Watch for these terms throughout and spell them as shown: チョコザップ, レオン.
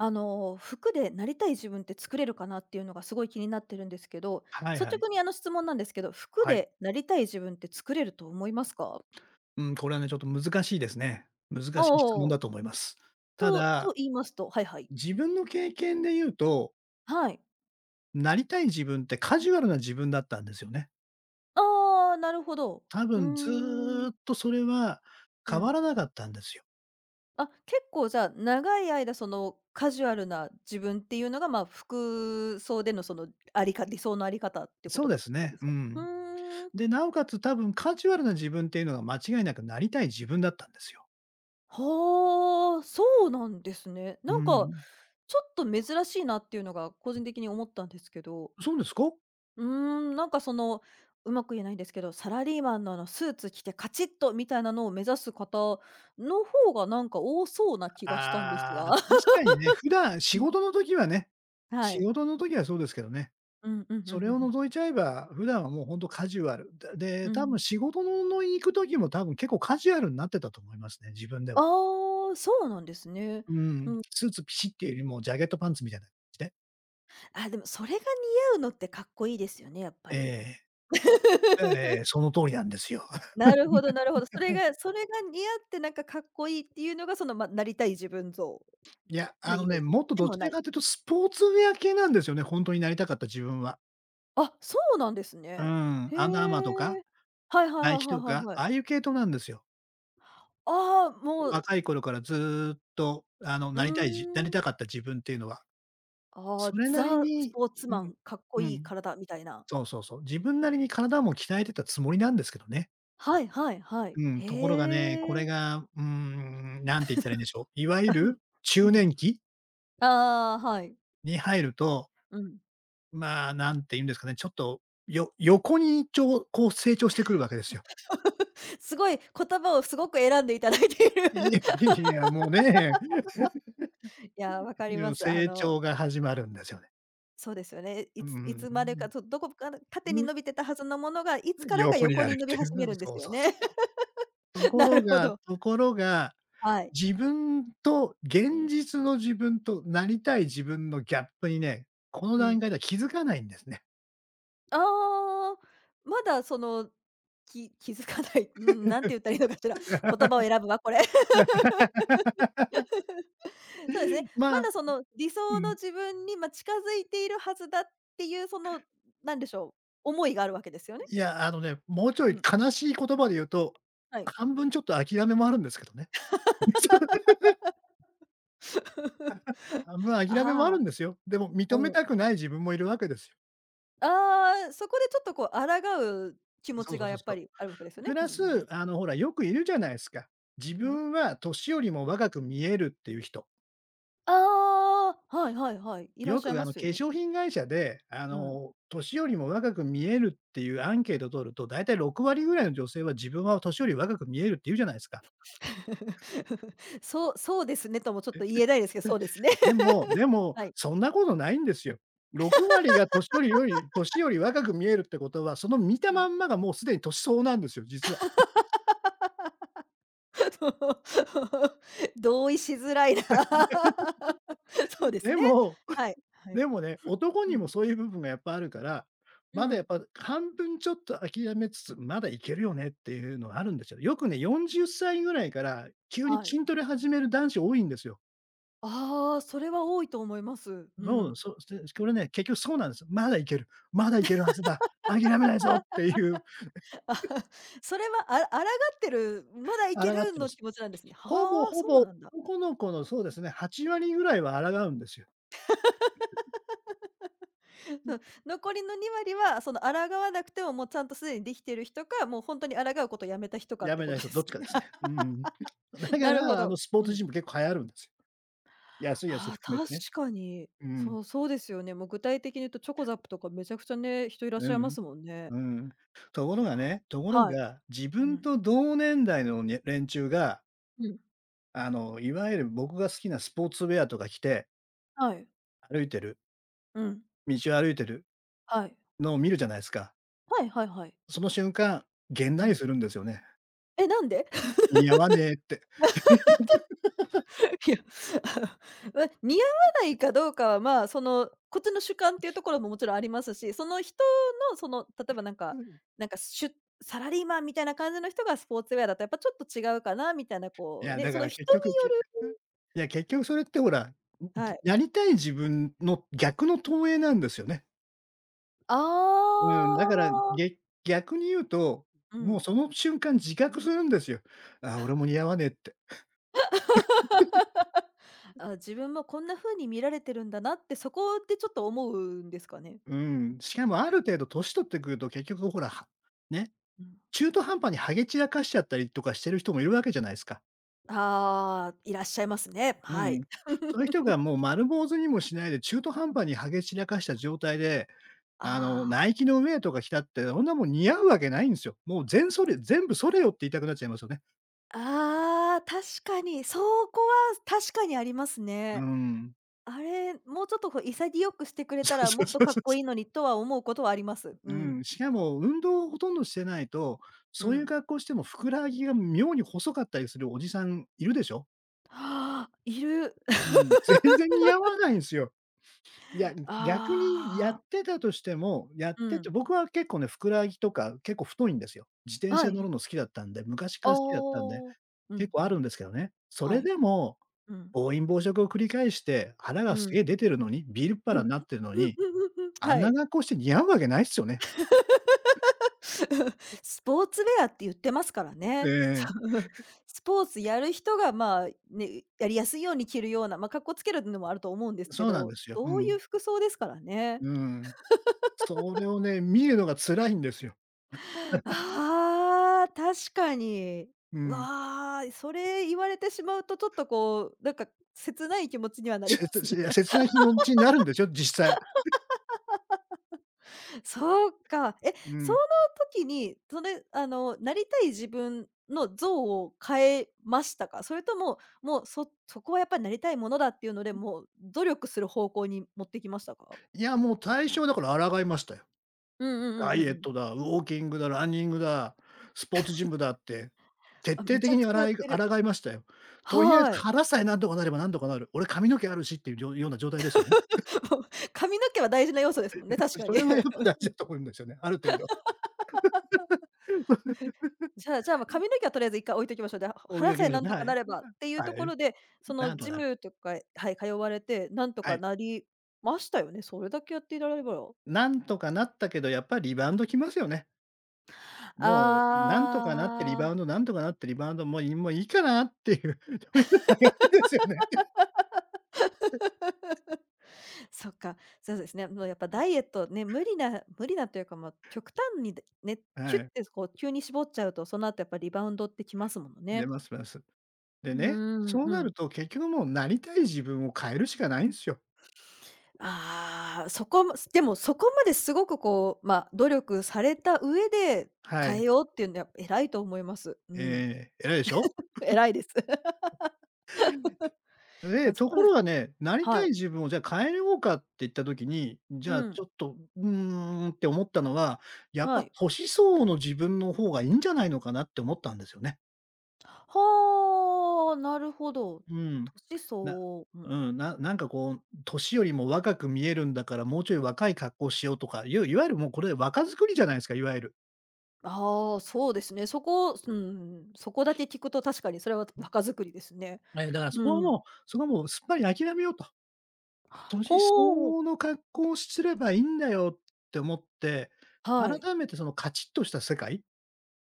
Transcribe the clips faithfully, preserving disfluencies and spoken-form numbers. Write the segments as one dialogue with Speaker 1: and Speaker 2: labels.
Speaker 1: あの、服でなりたい自分って作れるかなっていうのがすごい気になってるんですけど、
Speaker 2: はいは
Speaker 1: 率
Speaker 2: い。
Speaker 1: 直にあの質問なんですけど、服
Speaker 2: はい。
Speaker 1: でなりたい自分って作れると思いますか？
Speaker 2: うん、これはね、ちょっと難しいですね。難
Speaker 1: ああ
Speaker 2: しい質問
Speaker 1: ー、
Speaker 2: だと思います。た
Speaker 1: とと
Speaker 2: だ、
Speaker 1: 言いますと、はいはい。
Speaker 2: 自分の経験で言うと、
Speaker 1: はい。
Speaker 2: なりたい自分ってカジュアルな自分だったんですよね。
Speaker 1: ああ、なるほど。
Speaker 2: 多
Speaker 1: うー
Speaker 2: 分ず
Speaker 1: ん。
Speaker 2: ーっとそれは
Speaker 1: う
Speaker 2: 変わ
Speaker 1: ん。
Speaker 2: らなかったんですよ。
Speaker 1: あ、結構じゃあ、長い間そのカジュアルな自分っていうのが、ま、あ服装でのそのありか理想のあり方ってこ
Speaker 2: そう
Speaker 1: と
Speaker 2: で
Speaker 1: だっ
Speaker 2: す
Speaker 1: たん
Speaker 2: ね。
Speaker 1: です
Speaker 2: う
Speaker 1: か？ふ
Speaker 2: ん。
Speaker 1: ーん。
Speaker 2: で、なおかつ多分カジュアルな自分っていうのが間違いなくなりたい自分だったんですよ。
Speaker 1: はあ、そうなんですね。
Speaker 2: う
Speaker 1: なんか
Speaker 2: ん。
Speaker 1: ちょっと珍しいなっていうのが個人的に思ったんですけど、
Speaker 2: そうですか？
Speaker 1: うーん、なんかその、うまく言えないんですけど、サラリーマンのあのスーツ着てカチッとみたいなのを目指す方の方がなんか多そうな気がしたんです
Speaker 2: あー
Speaker 1: が。
Speaker 2: 確かにね、普段仕
Speaker 1: うん、
Speaker 2: 事の時はね
Speaker 1: は
Speaker 2: 仕
Speaker 1: い。
Speaker 2: 事の時はそうですけどね。
Speaker 1: うんうんうんう
Speaker 2: そ
Speaker 1: ん
Speaker 2: れ
Speaker 1: う
Speaker 2: を
Speaker 1: ん。
Speaker 2: 除いちゃえば、普段はもう本当カジュアル。で、で
Speaker 1: う
Speaker 2: 多分
Speaker 1: ん。
Speaker 2: 仕事のの行く時も多分結構カジュアルになってたと思いますね、自分では。
Speaker 1: ああ、そうなんですね。
Speaker 2: う
Speaker 1: う
Speaker 2: ん。
Speaker 1: ん。
Speaker 2: スーツピシッっていうよりもジャケットパンツみたいな感じで。
Speaker 1: あ、でもそれが似合うのってかっこいいですよね、やっぱ
Speaker 2: え
Speaker 1: り。
Speaker 2: え。ええええそ の通りなんですよ。
Speaker 1: なるほどなるほど。それがそれが似合ってなんかかっこいいっていうのがその、ま、なりたい自分像。
Speaker 2: いや、
Speaker 1: の
Speaker 2: あ
Speaker 1: イ
Speaker 2: の
Speaker 1: メー
Speaker 2: ね、
Speaker 1: ジ
Speaker 2: もっと
Speaker 1: で
Speaker 2: ど
Speaker 1: も
Speaker 2: ち
Speaker 1: な
Speaker 2: ら
Speaker 1: い。
Speaker 2: かというとスポーツウェア系なんですよね、本当になりたかった自分は。
Speaker 1: あ、そうなんです
Speaker 2: う
Speaker 1: ね。
Speaker 2: ん。
Speaker 1: へ
Speaker 2: アンダーアーマーとか、
Speaker 1: え。はいはい
Speaker 2: ナ
Speaker 1: は
Speaker 2: イ
Speaker 1: い
Speaker 2: キ
Speaker 1: はい
Speaker 2: と
Speaker 1: はい
Speaker 2: か、
Speaker 1: は
Speaker 2: あ
Speaker 1: い。
Speaker 2: あいう系統なんですよ。
Speaker 1: ああ、も
Speaker 2: 若い
Speaker 1: う、
Speaker 2: 頃からずーっとあの、
Speaker 1: う
Speaker 2: なりたいじなり
Speaker 1: ーん。
Speaker 2: たかった自分っていうのは。
Speaker 1: あ
Speaker 2: そ
Speaker 1: あ、
Speaker 2: れなり
Speaker 1: ザス
Speaker 2: に
Speaker 1: ポーツ
Speaker 2: う
Speaker 1: マ
Speaker 2: ん、
Speaker 1: ン、かっこ
Speaker 2: う
Speaker 1: いい
Speaker 2: ん。
Speaker 1: 体みたいな。
Speaker 2: そうそうそう。自分なりに体も鍛えてたつもりなんですけどね。
Speaker 1: はいはいはい。
Speaker 2: うん、ところがね、こ
Speaker 1: へ
Speaker 2: れ
Speaker 1: え。
Speaker 2: が、うーん、なんて言ったらいいんでしょう。いわゆる
Speaker 1: う
Speaker 2: 中
Speaker 1: ん。
Speaker 2: 年期
Speaker 1: ああ、はい。
Speaker 2: に入ると、
Speaker 1: うん。
Speaker 2: まあ、なんて言うんですかね、ちょっと、よ横にちょうこう成長してくるわけですよ。
Speaker 1: すごい言葉をすごく選んでいただいてい る。
Speaker 2: いや、もうね、
Speaker 1: いやー、わか
Speaker 2: い
Speaker 1: りま
Speaker 2: や、
Speaker 1: す。あ
Speaker 2: 成
Speaker 1: の、
Speaker 2: 長が始まるんですよね。
Speaker 1: そうですよね。
Speaker 2: う
Speaker 1: いついつまで
Speaker 2: ん、
Speaker 1: か、とどこかの縦
Speaker 2: う
Speaker 1: に
Speaker 2: ん、
Speaker 1: 伸びてたはずのものが、いつからか
Speaker 2: 横に
Speaker 1: 横
Speaker 2: なるっ
Speaker 1: に伸び
Speaker 2: てい
Speaker 1: 始め
Speaker 2: う。
Speaker 1: るんで
Speaker 2: そ
Speaker 1: す
Speaker 2: う
Speaker 1: よ
Speaker 2: そうそう。
Speaker 1: ね。
Speaker 2: と こ
Speaker 1: な
Speaker 2: ろ
Speaker 1: るほ
Speaker 2: が
Speaker 1: ど。
Speaker 2: ところが
Speaker 1: はい。
Speaker 2: 自分と、現実の自分となりたい自分のギャップにね、この
Speaker 1: う
Speaker 2: 段
Speaker 1: ん。
Speaker 2: 階では気づかないんですね。
Speaker 1: ああ、まだその、き気づかない、うん、なんて言ったらいいのかしら。言葉を選ぶわ、これ。そうですね。
Speaker 2: ま
Speaker 1: ま
Speaker 2: あ、
Speaker 1: だその理
Speaker 2: う
Speaker 1: 想の
Speaker 2: ん、
Speaker 1: 自分に、まあ、近づいているはずだっていう、その、なんでしょう、思いがあるわけですよね。
Speaker 2: いや、あのね、もうちょ
Speaker 1: う
Speaker 2: い
Speaker 1: ん、
Speaker 2: 悲しい言葉で言うと、
Speaker 1: はい。
Speaker 2: 半分ちょっと諦めもあるんですけどね。半分 諦めもある
Speaker 1: ああ、
Speaker 2: んですよ。でも認
Speaker 1: う
Speaker 2: め
Speaker 1: ん。
Speaker 2: たくない自分もいるわけですよ。
Speaker 1: ああ、そこでちょっとこう抗う気持
Speaker 2: そう
Speaker 1: ち
Speaker 2: そう
Speaker 1: が
Speaker 2: そ
Speaker 1: や
Speaker 2: う
Speaker 1: っ
Speaker 2: そ
Speaker 1: ぱ
Speaker 2: う。
Speaker 1: りあるわけですよね。
Speaker 2: プ
Speaker 1: うん
Speaker 2: ラ
Speaker 1: うんう
Speaker 2: ス、
Speaker 1: ん。
Speaker 2: あの、ほら、よくいるじゃないですか。自
Speaker 1: うん？
Speaker 2: 分は年よりも若く見えるっていう人。
Speaker 1: ああ、はいはいはい、いらっ
Speaker 2: よ
Speaker 1: しゃい
Speaker 2: くあ
Speaker 1: ま
Speaker 2: の
Speaker 1: す
Speaker 2: 化
Speaker 1: よね。
Speaker 2: 粧品会社で、あ
Speaker 1: うん。
Speaker 2: の、年よりも若く見えるっていうアンケート取ると、だいたいろく割ぐらいの女性は自分は年より若く見えるって言うじゃないですか。
Speaker 1: そうそうですねともちょっと言えないですけど、そ うですね。
Speaker 2: で もでも、
Speaker 1: はい。
Speaker 2: そんなことないんですよ。ろく割が年よりより年より若く見えるってことは、その見た
Speaker 1: う
Speaker 2: ま
Speaker 1: ん。
Speaker 2: んまがもうすでに年相応なんですよ、実は。
Speaker 1: 同意しづらいな。そうです
Speaker 2: で
Speaker 1: ね。
Speaker 2: も
Speaker 1: はい、は
Speaker 2: で
Speaker 1: い。
Speaker 2: もね、男
Speaker 1: う
Speaker 2: に
Speaker 1: ん、
Speaker 2: もそういう部分がやっぱあるから、
Speaker 1: う
Speaker 2: まだやっ
Speaker 1: ん、
Speaker 2: ぱ半分ちょっと諦めつつ、まだいけるよねっていうのはあるんですよ。よくね、よんじゅっさいぐらいから急に
Speaker 1: はい。
Speaker 2: 筋トレ始める男子多いんですよ。
Speaker 1: ああ、それは多いと思います。う
Speaker 2: そう、
Speaker 1: ん。
Speaker 2: そう、で、これね、結局そうなんですよ。まだいける、まだいけるはずだ、諦めないぞっていう
Speaker 1: あ それは、あ抗ってる、まだいけ
Speaker 2: 抗っ
Speaker 1: る
Speaker 2: てま
Speaker 1: の
Speaker 2: す。
Speaker 1: 気持ちなんですね。
Speaker 2: ほぼ
Speaker 1: はあ、
Speaker 2: ほ
Speaker 1: そう
Speaker 2: ぼ
Speaker 1: なんだ。
Speaker 2: 男の子の、そうですね、はち割ぐらいは抗うんですよ。
Speaker 1: そう残りのに割は、その抗わなくても、もうちゃんとすでにできてる人か、もうほんに抗うことをやめた人かっ
Speaker 2: や
Speaker 1: て
Speaker 2: め
Speaker 1: こ
Speaker 2: ない
Speaker 1: と
Speaker 2: 人
Speaker 1: で
Speaker 2: どっ
Speaker 1: す
Speaker 2: ちかで
Speaker 1: ね。
Speaker 2: すね。うん。だか
Speaker 1: なるほ
Speaker 2: ら、あの、
Speaker 1: ど。
Speaker 2: スポー
Speaker 1: う
Speaker 2: ツ
Speaker 1: ん。
Speaker 2: ジム結構流行るんですよ。安いやつ
Speaker 1: ああ、
Speaker 2: 含め
Speaker 1: 確
Speaker 2: てね。
Speaker 1: かに。
Speaker 2: うん。
Speaker 1: そう、そうですよね。もう具体的に言うとチョコザップとかめちゃくちゃね、人いらっ
Speaker 2: う
Speaker 1: しゃいま
Speaker 2: ん。
Speaker 1: すもんね。
Speaker 2: うん。と
Speaker 1: い
Speaker 2: ころ
Speaker 1: や、
Speaker 2: がね、ところ
Speaker 1: はい。
Speaker 2: が、自
Speaker 1: う
Speaker 2: 分
Speaker 1: ん。
Speaker 2: と同年代のね連中が、
Speaker 1: うん。
Speaker 2: あの、いわゆる僕が好きなスポーツウェアとか着て、
Speaker 1: はい。
Speaker 2: 歩いてる、
Speaker 1: うん。
Speaker 2: 道を歩いてる
Speaker 1: はい。
Speaker 2: のを見るじゃないですか。
Speaker 1: はいはいはい。
Speaker 2: その瞬間、げん
Speaker 1: う
Speaker 2: なり
Speaker 1: ん。
Speaker 2: するんですよね。
Speaker 1: え、なんで？
Speaker 2: 似合わねえって。
Speaker 1: いや、ま、似合わないかどうかは、まあ、その、こっちの主観っていうところももちろんありますし、その人のその、例えばなんか
Speaker 2: うん。
Speaker 1: なんか、しゅサラリーマンみたいな感じの人がスポーツウェアだとやっぱちょっと違うかなみたいな、
Speaker 2: い
Speaker 1: こう
Speaker 2: や、
Speaker 1: ね、
Speaker 2: だ
Speaker 1: そ
Speaker 2: か
Speaker 1: の
Speaker 2: ら
Speaker 1: 人
Speaker 2: 結
Speaker 1: に
Speaker 2: 局、
Speaker 1: よ
Speaker 2: け
Speaker 1: る、
Speaker 2: うん。いや、結局それってほら、んん、
Speaker 1: はい。
Speaker 2: やりたい自分の逆の投影なんですよね。
Speaker 1: あ
Speaker 2: うん、だから、
Speaker 1: あ。
Speaker 2: げ逆に言うと、
Speaker 1: う
Speaker 2: もう
Speaker 1: ん。
Speaker 2: その瞬間自覚するんですよ。ああ、俺も似合わねえって。
Speaker 1: あ、自分もこんな風に見られてるんだなって、そこでちょっと思うんですかね？
Speaker 2: うん、しかもある程度年取ってくると結局ほら、はね、
Speaker 1: うん。
Speaker 2: 中途半端にハゲ散らかしちゃったりとかしてる人もいるわけじゃないですか。
Speaker 1: ああ、いらっしゃいますね。
Speaker 2: う
Speaker 1: は
Speaker 2: ん。
Speaker 1: い。
Speaker 2: そういう人がも う丸坊主にもしないで中途半端にハゲ散らかした状態で、あの、ナ
Speaker 1: あ
Speaker 2: イキのウェアとか着たって、そんなもん似合うわけないんですよ。もう全それ全部それよって言いたくなっちゃいますよね。
Speaker 1: あ、ああ、確かに、そこは確かにあります
Speaker 2: う
Speaker 1: ね。
Speaker 2: ん。
Speaker 1: あれ、もうちょっとこう潔くしてく れ
Speaker 2: そ
Speaker 1: た
Speaker 2: う
Speaker 1: ら、
Speaker 2: そ
Speaker 1: も
Speaker 2: う
Speaker 1: っ
Speaker 2: そ
Speaker 1: と
Speaker 2: う
Speaker 1: かっ
Speaker 2: そう
Speaker 1: こ
Speaker 2: そ
Speaker 1: い
Speaker 2: う。
Speaker 1: いのにとは思うことはあります。
Speaker 2: う
Speaker 1: うん。
Speaker 2: ん。しかも運動をほとんどしてないと、
Speaker 1: う
Speaker 2: そういう
Speaker 1: ん。
Speaker 2: 格好してもふくらはぎが妙に細かったりするおじさんいるでしょ？
Speaker 1: ああ、いる。
Speaker 2: う ん、全然似合わないんですよ。いや、逆にや
Speaker 1: ああ。
Speaker 2: ってたとしても、やっ
Speaker 1: う
Speaker 2: てて
Speaker 1: ん。
Speaker 2: 僕は結構ね、ふくらはぎとか結構太いんですよ。自転
Speaker 1: は
Speaker 2: 車乗
Speaker 1: い。
Speaker 2: るの好きだったんで、昔か
Speaker 1: ああ。
Speaker 2: ら好きだったんで、
Speaker 1: う
Speaker 2: 結
Speaker 1: ん
Speaker 2: 構
Speaker 1: う
Speaker 2: ある
Speaker 1: ん。
Speaker 2: んですけどね。そ
Speaker 1: は
Speaker 2: れ
Speaker 1: い。
Speaker 2: でも、
Speaker 1: うん。
Speaker 2: 暴飲暴食を繰り返して、腹
Speaker 1: う
Speaker 2: がすげ
Speaker 1: ん。
Speaker 2: え出てるのに、ビールっ腹になって るのに、あん
Speaker 1: は
Speaker 2: な
Speaker 1: い。
Speaker 2: 格好して似合うわけないっすよね。
Speaker 1: スポーツウェアって言ってますから
Speaker 2: え
Speaker 1: ね。
Speaker 2: ええ。
Speaker 1: スポーツやる人が、まあ、ね、やりやすいように着るような、まあ、かっこつけるのもあると思うんですけ
Speaker 2: そうなんで
Speaker 1: ど、
Speaker 2: すよ。う
Speaker 1: そうい
Speaker 2: ん。
Speaker 1: う服装ですからね。
Speaker 2: うん。それをね、見るのが辛いんですよ。
Speaker 1: ああ、確かに。
Speaker 2: うん。
Speaker 1: わあ、それ言われてしまうと、ちょっとこう、なんか切ない気持ちにはなり
Speaker 2: せ
Speaker 1: ますね。
Speaker 2: ついや、切ない気持ちになるんですよ、実際。
Speaker 1: そうか。え、
Speaker 2: う
Speaker 1: その
Speaker 2: ん。
Speaker 1: 時に、それ、あの、なりたい自分の像を変えましたか？それとも、もう、そそこはやっぱりなりたいものだっていうので、もう努力する方向に持ってきましたか？
Speaker 2: いや、もう最初はだから抗いましたよ。
Speaker 1: うんうんう
Speaker 2: ダ
Speaker 1: ん
Speaker 2: イ
Speaker 1: うん
Speaker 2: エ
Speaker 1: う
Speaker 2: ッ
Speaker 1: ん。
Speaker 2: トだ、ウォーキングだ、ランニングだ、スポーツジムだって、徹
Speaker 1: あ、
Speaker 2: 底
Speaker 1: めちゃ
Speaker 2: 的
Speaker 1: く
Speaker 2: に
Speaker 1: ち
Speaker 2: あ
Speaker 1: ゃや
Speaker 2: ら
Speaker 1: っ
Speaker 2: い
Speaker 1: てる。
Speaker 2: 抗いましたよ。とりあえず
Speaker 1: はい。
Speaker 2: 腹さえなんとかなればなんとかなる。俺髪の毛あるしっていうじょような状態ですよね。
Speaker 1: もう髪の毛は大事な要素ですもんね、確か
Speaker 2: そ
Speaker 1: に。
Speaker 2: れ がやっぱ大事だと思うんですよね、ある程度。
Speaker 1: じゃあじゃあ、ま、髪の毛はとりあえず一回置いときましょう。で、は
Speaker 2: 追い
Speaker 1: 腹
Speaker 2: 上
Speaker 1: さ
Speaker 2: げ
Speaker 1: え
Speaker 2: ましょ
Speaker 1: な
Speaker 2: う
Speaker 1: ん
Speaker 2: ね、
Speaker 1: と
Speaker 2: は
Speaker 1: か
Speaker 2: い。
Speaker 1: なればっていう
Speaker 2: は
Speaker 1: とこ
Speaker 2: い。
Speaker 1: ろで、そ
Speaker 2: なん
Speaker 1: の
Speaker 2: とか
Speaker 1: ジ
Speaker 2: なる。
Speaker 1: ムとか、はい、通われて、なんと
Speaker 2: は
Speaker 1: か
Speaker 2: い。
Speaker 1: なりましたよね。それだけやっていられれば。
Speaker 2: なんとかなったけど、やっぱりリバウンドきますよね。もう、なんとかなってリ
Speaker 1: あ
Speaker 2: バウン
Speaker 1: あ、
Speaker 2: ド、なんとかなってリバウンド、もういもういいかなっていう、そういう流れですよね。
Speaker 1: そっか、そうですね。もうやっぱダイエットね、無理な無理なというか、まあ、極端にでね、キュ
Speaker 2: は
Speaker 1: ッ
Speaker 2: い、
Speaker 1: てこう急に絞っちゃうと、その後やっぱリバウンドってきますもの
Speaker 2: 出
Speaker 1: ね。
Speaker 2: ます出ます。で
Speaker 1: うー
Speaker 2: ね、
Speaker 1: ん、
Speaker 2: そう
Speaker 1: う
Speaker 2: なる
Speaker 1: ん。
Speaker 2: と結局もうなりたい自分を変えるしかないんですよ。
Speaker 1: ああ、そこもでもそこまですごくこう、まあ、努力された上で
Speaker 2: は
Speaker 1: 変え
Speaker 2: い。
Speaker 1: ようっていうのはやっぱ偉いと思います。うん。
Speaker 2: ええ、偉いでしょ？
Speaker 1: 偉いです。
Speaker 2: で、
Speaker 1: ま、そ
Speaker 2: と
Speaker 1: こ
Speaker 2: こ
Speaker 1: で、
Speaker 2: ろがね、なりた
Speaker 1: は
Speaker 2: い
Speaker 1: い。
Speaker 2: 自分をじゃあ変えようかって言った時に、じ
Speaker 1: う
Speaker 2: ゃあち
Speaker 1: ん、
Speaker 2: ょっと、うーんって思ったのは、やっぱ
Speaker 1: はい。
Speaker 2: 年相応の自分の方がいいんじゃないのかなって思ったんですよね。
Speaker 1: はあ、なるほど。
Speaker 2: うん。
Speaker 1: 年相
Speaker 2: な
Speaker 1: 応。う
Speaker 2: う
Speaker 1: ん。
Speaker 2: ん、ななんかこう、年よりも若く見えるんだから、もうちょい若い格好しようとかいう、いわゆるもうこれ若作りじゃないですか、いわゆる。
Speaker 1: ああ、そうですね。そこ、うん、そこだけ聞くと確かにそれは若作りですね。
Speaker 2: えーだからそこは
Speaker 1: うん。
Speaker 2: もうそこはもうすっぱり諦めようと。年相
Speaker 1: ほう、
Speaker 2: 応の格好をすればいいんだよって思って、
Speaker 1: はい。
Speaker 2: 改めてそのカチッとした世界、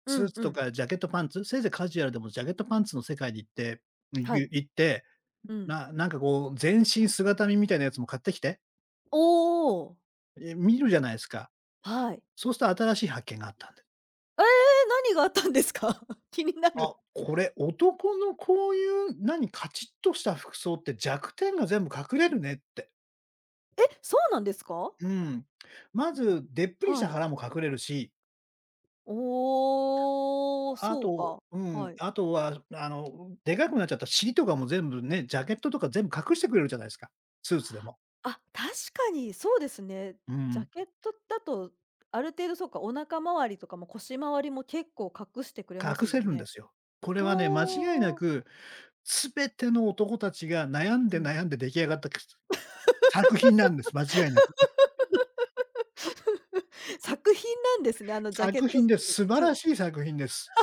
Speaker 1: う
Speaker 2: スー
Speaker 1: ん
Speaker 2: ツ
Speaker 1: う
Speaker 2: と
Speaker 1: ん。
Speaker 2: かジャケットパンツ、せいぜいカジュアルでもジャケットパンツの世界に行って、いく
Speaker 1: はい。
Speaker 2: 行って、
Speaker 1: うん。
Speaker 2: ななんかこう全身姿見みたいなやつも買ってきて、
Speaker 1: おお、
Speaker 2: え、見るじゃないですか。
Speaker 1: はい。
Speaker 2: そうすると新しい発見があったんで。
Speaker 1: ええ、何があったんですか？気にな
Speaker 2: あ、
Speaker 1: る。
Speaker 2: これ男のこういう何、カチッとした服装って弱点が全部隠れるねって。
Speaker 1: え、そうなんですか？
Speaker 2: うん。まずでっぷりした
Speaker 1: はい。
Speaker 2: 腹も隠れるし、
Speaker 1: おお、
Speaker 2: あ
Speaker 1: そう
Speaker 2: と、
Speaker 1: か。
Speaker 2: うん、
Speaker 1: はい。
Speaker 2: あとは、あの、でかくなっちゃった尻とかも全部ね、ジャケットとか全部隠してくれるじゃないですか、スーツでも。
Speaker 1: あ、確かにそうですね。
Speaker 2: う
Speaker 1: ジャ
Speaker 2: ん、
Speaker 1: ケットだと、ある程度そうか、お腹周りとかも腰周りも結構隠してくれます
Speaker 2: 隠
Speaker 1: も
Speaker 2: せ
Speaker 1: ん
Speaker 2: るんで
Speaker 1: ね。
Speaker 2: すよ。これはね、間違いな
Speaker 1: はあ。
Speaker 2: く、全ての男たちが悩ん
Speaker 1: う
Speaker 2: で
Speaker 1: ん。
Speaker 2: 悩んで出来上がったく作品なんです、間違いなく。
Speaker 1: 作品なんですね、あのジャケ
Speaker 2: 作
Speaker 1: ット、
Speaker 2: 品
Speaker 1: す
Speaker 2: です。素晴らし
Speaker 1: す
Speaker 2: い作品です。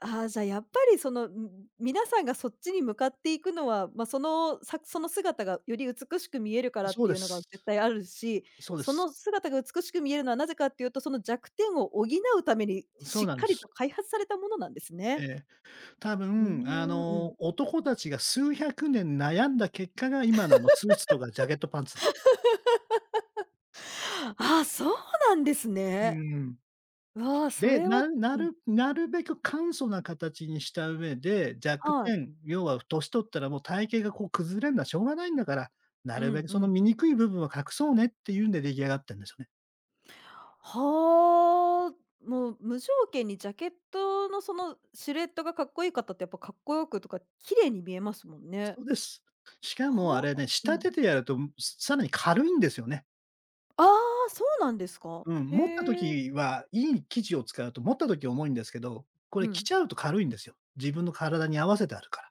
Speaker 1: ああ、じゃ、やっぱりその、ん皆さんがそっちに向かっていくのは、まあ、その、さその姿がより美しく見えるからっ
Speaker 2: そう
Speaker 1: て
Speaker 2: で
Speaker 1: いうのが
Speaker 2: す。
Speaker 1: 絶対あるし、
Speaker 2: そうで
Speaker 1: そ
Speaker 2: す。
Speaker 1: の姿が美しく見えるのはなぜかっていうと、その弱点を補うために
Speaker 2: そ
Speaker 1: し
Speaker 2: う
Speaker 1: っ
Speaker 2: なんで
Speaker 1: かり
Speaker 2: す。
Speaker 1: と開発されたものなんです
Speaker 2: え
Speaker 1: ね。
Speaker 2: え、多
Speaker 1: うー
Speaker 2: 分、あ
Speaker 1: ん、う
Speaker 2: の、
Speaker 1: ん。
Speaker 2: 男たちが数百年悩んだ結果が、今のあのスーツとかジャケットパンツだ。
Speaker 1: ああ、そうなんです
Speaker 2: う
Speaker 1: ね。
Speaker 2: ん。
Speaker 1: わあ、そ
Speaker 2: で、
Speaker 1: れは
Speaker 2: なな
Speaker 1: うん、
Speaker 2: るなるべく簡素な形にした上で、弱
Speaker 1: はい。
Speaker 2: 点、要は年取ったらもう体型がこう崩れるのはしょうがないんだから、な
Speaker 1: う
Speaker 2: るべ
Speaker 1: ん
Speaker 2: くそ
Speaker 1: う
Speaker 2: の
Speaker 1: ん。
Speaker 2: 醜い部分は隠そうねっていうんで出来上がってんですよね。
Speaker 1: はあ、もう無条件にジャケットのそのシルエットがかっこいい方ってやっぱかっこよくとか綺麗に見えますもんね。
Speaker 2: そうです。しかもあ
Speaker 1: は
Speaker 2: れ
Speaker 1: あ。
Speaker 2: ね、仕
Speaker 1: うん。
Speaker 2: 立ててやると、さらに軽いんですよね。
Speaker 1: ああ、そうなんですか。
Speaker 2: うん、
Speaker 1: へ
Speaker 2: 持った
Speaker 1: え。
Speaker 2: 時はいい生地を使うと持った時重いんですけど、こ
Speaker 1: う
Speaker 2: れ着
Speaker 1: ん。
Speaker 2: ちゃうと軽いんですよ。自分の体に合わせてあるから。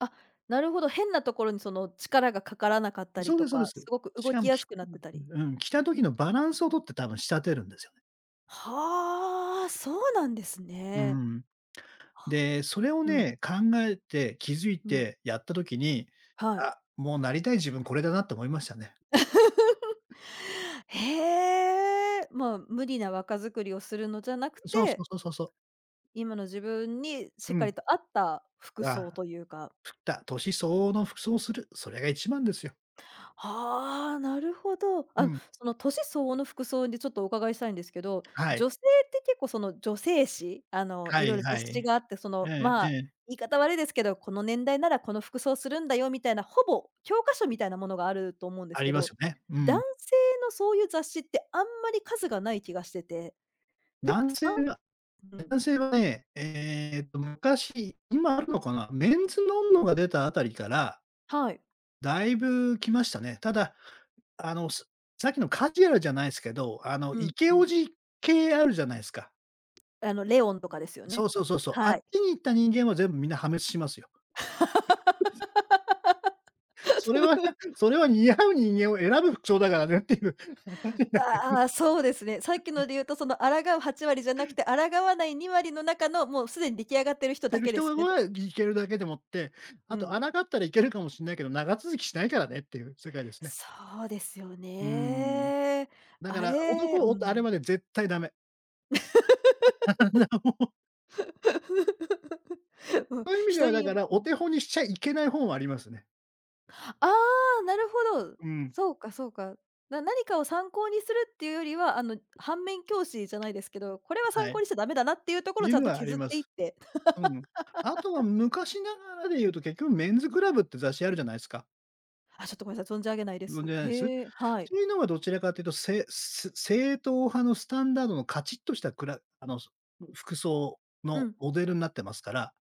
Speaker 1: あ、なるほど、変なところにその力がかからなかったり
Speaker 2: そうで
Speaker 1: と
Speaker 2: すそうで
Speaker 1: か、
Speaker 2: す。
Speaker 1: すごく
Speaker 2: し
Speaker 1: 動
Speaker 2: か
Speaker 1: き
Speaker 2: も、
Speaker 1: や
Speaker 2: き
Speaker 1: すくなってたり。
Speaker 2: うん、着た時のバランスをとって多分仕立てるんですよね。
Speaker 1: はあ、そうなんです
Speaker 2: う
Speaker 1: ね。
Speaker 2: ん。
Speaker 1: は
Speaker 2: で、それを
Speaker 1: うん、
Speaker 2: ね、考えて、気づい
Speaker 1: うん、
Speaker 2: て、やった時に、
Speaker 1: はい。
Speaker 2: あ、もうなりたい自分これだなって思いましたね。
Speaker 1: へえ、まあ、無理な若作りをするのじゃなく
Speaker 2: そうそう
Speaker 1: て
Speaker 2: そうそうそう。
Speaker 1: 今の自分に
Speaker 2: う
Speaker 1: しっか
Speaker 2: ん。
Speaker 1: りと合った服装
Speaker 2: あ、
Speaker 1: というか、
Speaker 2: ふた年相応の服装をする、それが一番ですよ。
Speaker 1: ああ、なるほど。
Speaker 2: う
Speaker 1: あの、
Speaker 2: ん。
Speaker 1: その年相応の服装でちょっとお伺いしたいんですけど、
Speaker 2: はい。
Speaker 1: 女性って結構その女性誌、あの、
Speaker 2: は
Speaker 1: いろい
Speaker 2: い
Speaker 1: ろ
Speaker 2: は
Speaker 1: 雑
Speaker 2: い。
Speaker 1: 誌があって、そ
Speaker 2: え
Speaker 1: の、
Speaker 2: ええ
Speaker 1: まあ、
Speaker 2: え、
Speaker 1: 言い方悪いですけど、この年代ならこの服装するんだよみたいな、ほぼ教科書みたいなものがあると思うんで
Speaker 2: あ
Speaker 1: す
Speaker 2: り
Speaker 1: け
Speaker 2: ます
Speaker 1: ど、
Speaker 2: よね。う
Speaker 1: 男
Speaker 2: ん。
Speaker 1: 性のそういう雑誌ってあんまり数がない気がしてて、なんか
Speaker 2: 男
Speaker 1: さん
Speaker 2: 性は
Speaker 1: うん、
Speaker 2: 男性はね、えっと昔、今あるのかな、メンズノンノが出たあたりから、
Speaker 1: はい、
Speaker 2: だいぶ来ましたね。ただあの、すさっきのカジュアルじゃないですけど、あの、
Speaker 1: う
Speaker 2: イ
Speaker 1: ん
Speaker 2: ケ
Speaker 1: う
Speaker 2: オ
Speaker 1: ん。
Speaker 2: ジ系あるじゃないですか。
Speaker 1: あの、レオンとかですよ
Speaker 2: そ
Speaker 1: ね。
Speaker 2: うそうそうそう。あっ
Speaker 1: はい。
Speaker 2: ちに行った人間は全部みんな破滅しますよ。それはね、それは似合う人間を選ぶ服装だからねっていう、
Speaker 1: ああ、そうですね。さっきので言うと、その、抗うはち割じゃなくて、抗わないに割の中の、もうすでに出来上がってる人
Speaker 2: て
Speaker 1: だ
Speaker 2: る
Speaker 1: けで
Speaker 2: 人
Speaker 1: すねと。
Speaker 2: はいけるだけでもって、
Speaker 1: う
Speaker 2: あと抗
Speaker 1: ん。
Speaker 2: ったらいけるかもしんないけど、長続きしないからねっていう世界ですね。
Speaker 1: そうですよ
Speaker 2: うーん。
Speaker 1: ね。
Speaker 2: だか
Speaker 1: あ
Speaker 2: ら、
Speaker 1: れう
Speaker 2: 男をあれ
Speaker 1: ん。
Speaker 2: はね、絶対ダメ。あの
Speaker 1: うん、
Speaker 2: そういう意味で
Speaker 1: 人
Speaker 2: はだ
Speaker 1: によ
Speaker 2: か
Speaker 1: る
Speaker 2: ら、お手本にしちゃいけない本はありますね。
Speaker 1: ああ、なるほど。
Speaker 2: うん、
Speaker 1: そうかそうか。な何かを参考にするっていうよりは、あの、反面教師じゃないですけど、これは
Speaker 2: は
Speaker 1: 参考
Speaker 2: い。
Speaker 1: にしちゃダメだなってい
Speaker 2: っ
Speaker 1: うとこ
Speaker 2: て
Speaker 1: ろを
Speaker 2: い
Speaker 1: ち
Speaker 2: う
Speaker 1: ゃん
Speaker 2: の
Speaker 1: と
Speaker 2: はあ
Speaker 1: 削
Speaker 2: り
Speaker 1: っ
Speaker 2: ま
Speaker 1: ていっ
Speaker 2: す。
Speaker 1: て。
Speaker 2: うん。あとは昔ながらで言うと、結局メンズクラブって雑誌あるじゃないですか。
Speaker 1: あ、ちょっとごめんなさい、存じ上げないで
Speaker 2: ご存じ
Speaker 1: す。
Speaker 2: ないです？
Speaker 1: へえ、はい。
Speaker 2: そういうのはどちらかというと、せせ正統派のスタンダードのカチッとしたくらあの、す服装
Speaker 1: う
Speaker 2: の
Speaker 1: ん。
Speaker 2: モデルになってますから、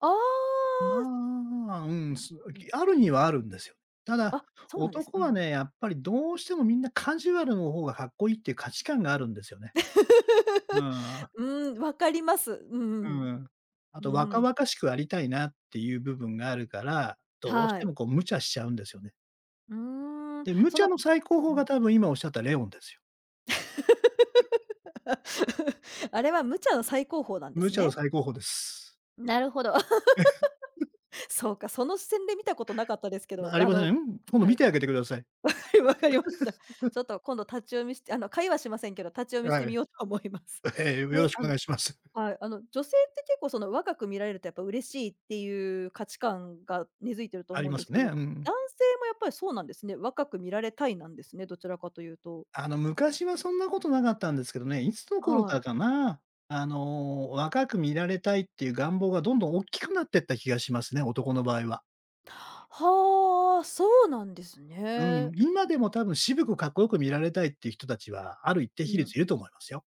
Speaker 1: ああ、
Speaker 2: まあ、うん、すあるにはあるんですよ。ただ、
Speaker 1: あ、そうなんですね。
Speaker 2: 男
Speaker 1: う
Speaker 2: は
Speaker 1: ん。
Speaker 2: ね、やっぱりどうしてもみんなカジュアルの方がかっこいいっていう価値観があるんですよね。うん。
Speaker 1: うん、わかります。うん
Speaker 2: う
Speaker 1: うん。
Speaker 2: ん。あと若々しくありたいなっていう部分があるから、どうし
Speaker 1: は
Speaker 2: て
Speaker 1: い。
Speaker 2: もこう無茶しちゃうんですよね。
Speaker 1: うーん、
Speaker 2: で、無
Speaker 1: そ
Speaker 2: 茶
Speaker 1: の
Speaker 2: の最高峰
Speaker 1: う
Speaker 2: が
Speaker 1: ん
Speaker 2: 多分今おっしゃったレオンですよ。
Speaker 1: あれは無茶の最高峰なんで
Speaker 2: 無
Speaker 1: す
Speaker 2: 茶の
Speaker 1: ね。
Speaker 2: 最高峰です。
Speaker 1: なるほど。そうか、その視線で見たことなかったですけ
Speaker 2: まあ、
Speaker 1: ど、
Speaker 2: あり
Speaker 1: あ
Speaker 2: ませ
Speaker 1: の
Speaker 2: ん？うん、今度
Speaker 1: は
Speaker 2: 見
Speaker 1: い、
Speaker 2: てあげてください。
Speaker 1: わかりました。ちょっと今度立ち読みしてあの、会話しませんけど、立ち読みして
Speaker 2: は
Speaker 1: み
Speaker 2: い。
Speaker 1: ようと思います。
Speaker 2: え ーよ
Speaker 1: ね
Speaker 2: ろしく
Speaker 1: あ
Speaker 2: お
Speaker 1: の
Speaker 2: 願いします。
Speaker 1: はい、あの、女性って結構その若く見られるとやっぱ嬉しいっていう価値観が根付いてる と
Speaker 2: あ
Speaker 1: 思
Speaker 2: り
Speaker 1: うん
Speaker 2: ま
Speaker 1: で
Speaker 2: す
Speaker 1: すけ
Speaker 2: ね。
Speaker 1: ど、
Speaker 2: う
Speaker 1: 男
Speaker 2: ん。
Speaker 1: 性もやっぱりそうなんですね。若く見られたいなんですね、どちらかというと。
Speaker 2: あの、昔はそんなことなかったんですけどね、いつの頃
Speaker 1: は
Speaker 2: から
Speaker 1: い。
Speaker 2: かな、あの、若く見られたいっていう願望がどんどん大きくなってった気がしますね、男の場合は。
Speaker 1: はあ、そうなんです
Speaker 2: うん、
Speaker 1: ね。
Speaker 2: 今でも多分渋くかっこよく見られたいっていう人たちは、ある一定
Speaker 1: う
Speaker 2: 比
Speaker 1: ん。
Speaker 2: 率いると思いますよ。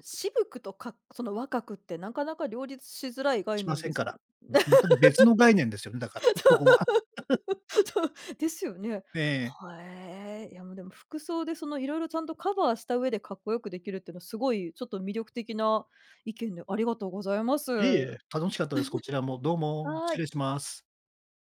Speaker 1: 渋くとかその若くってなかなか両立しづらい概
Speaker 2: しま
Speaker 1: 念
Speaker 2: せ
Speaker 1: で
Speaker 2: ん
Speaker 1: す
Speaker 2: か
Speaker 1: け
Speaker 2: ら。
Speaker 1: ど。
Speaker 2: ば全く別の概念ですよね、だから、そこは。
Speaker 1: ですよね。
Speaker 2: ええ。
Speaker 1: はえー。いや、もうでも服装でそのいろいろちゃんとカバーした上でかっこよくできるっていうのはすごいちょっと魅力的な意見で、ありがとうございます。
Speaker 2: いえいえ、楽しかったです、こちらも。どうも、
Speaker 1: は
Speaker 2: 失
Speaker 1: ー
Speaker 2: 礼
Speaker 1: い。
Speaker 2: します。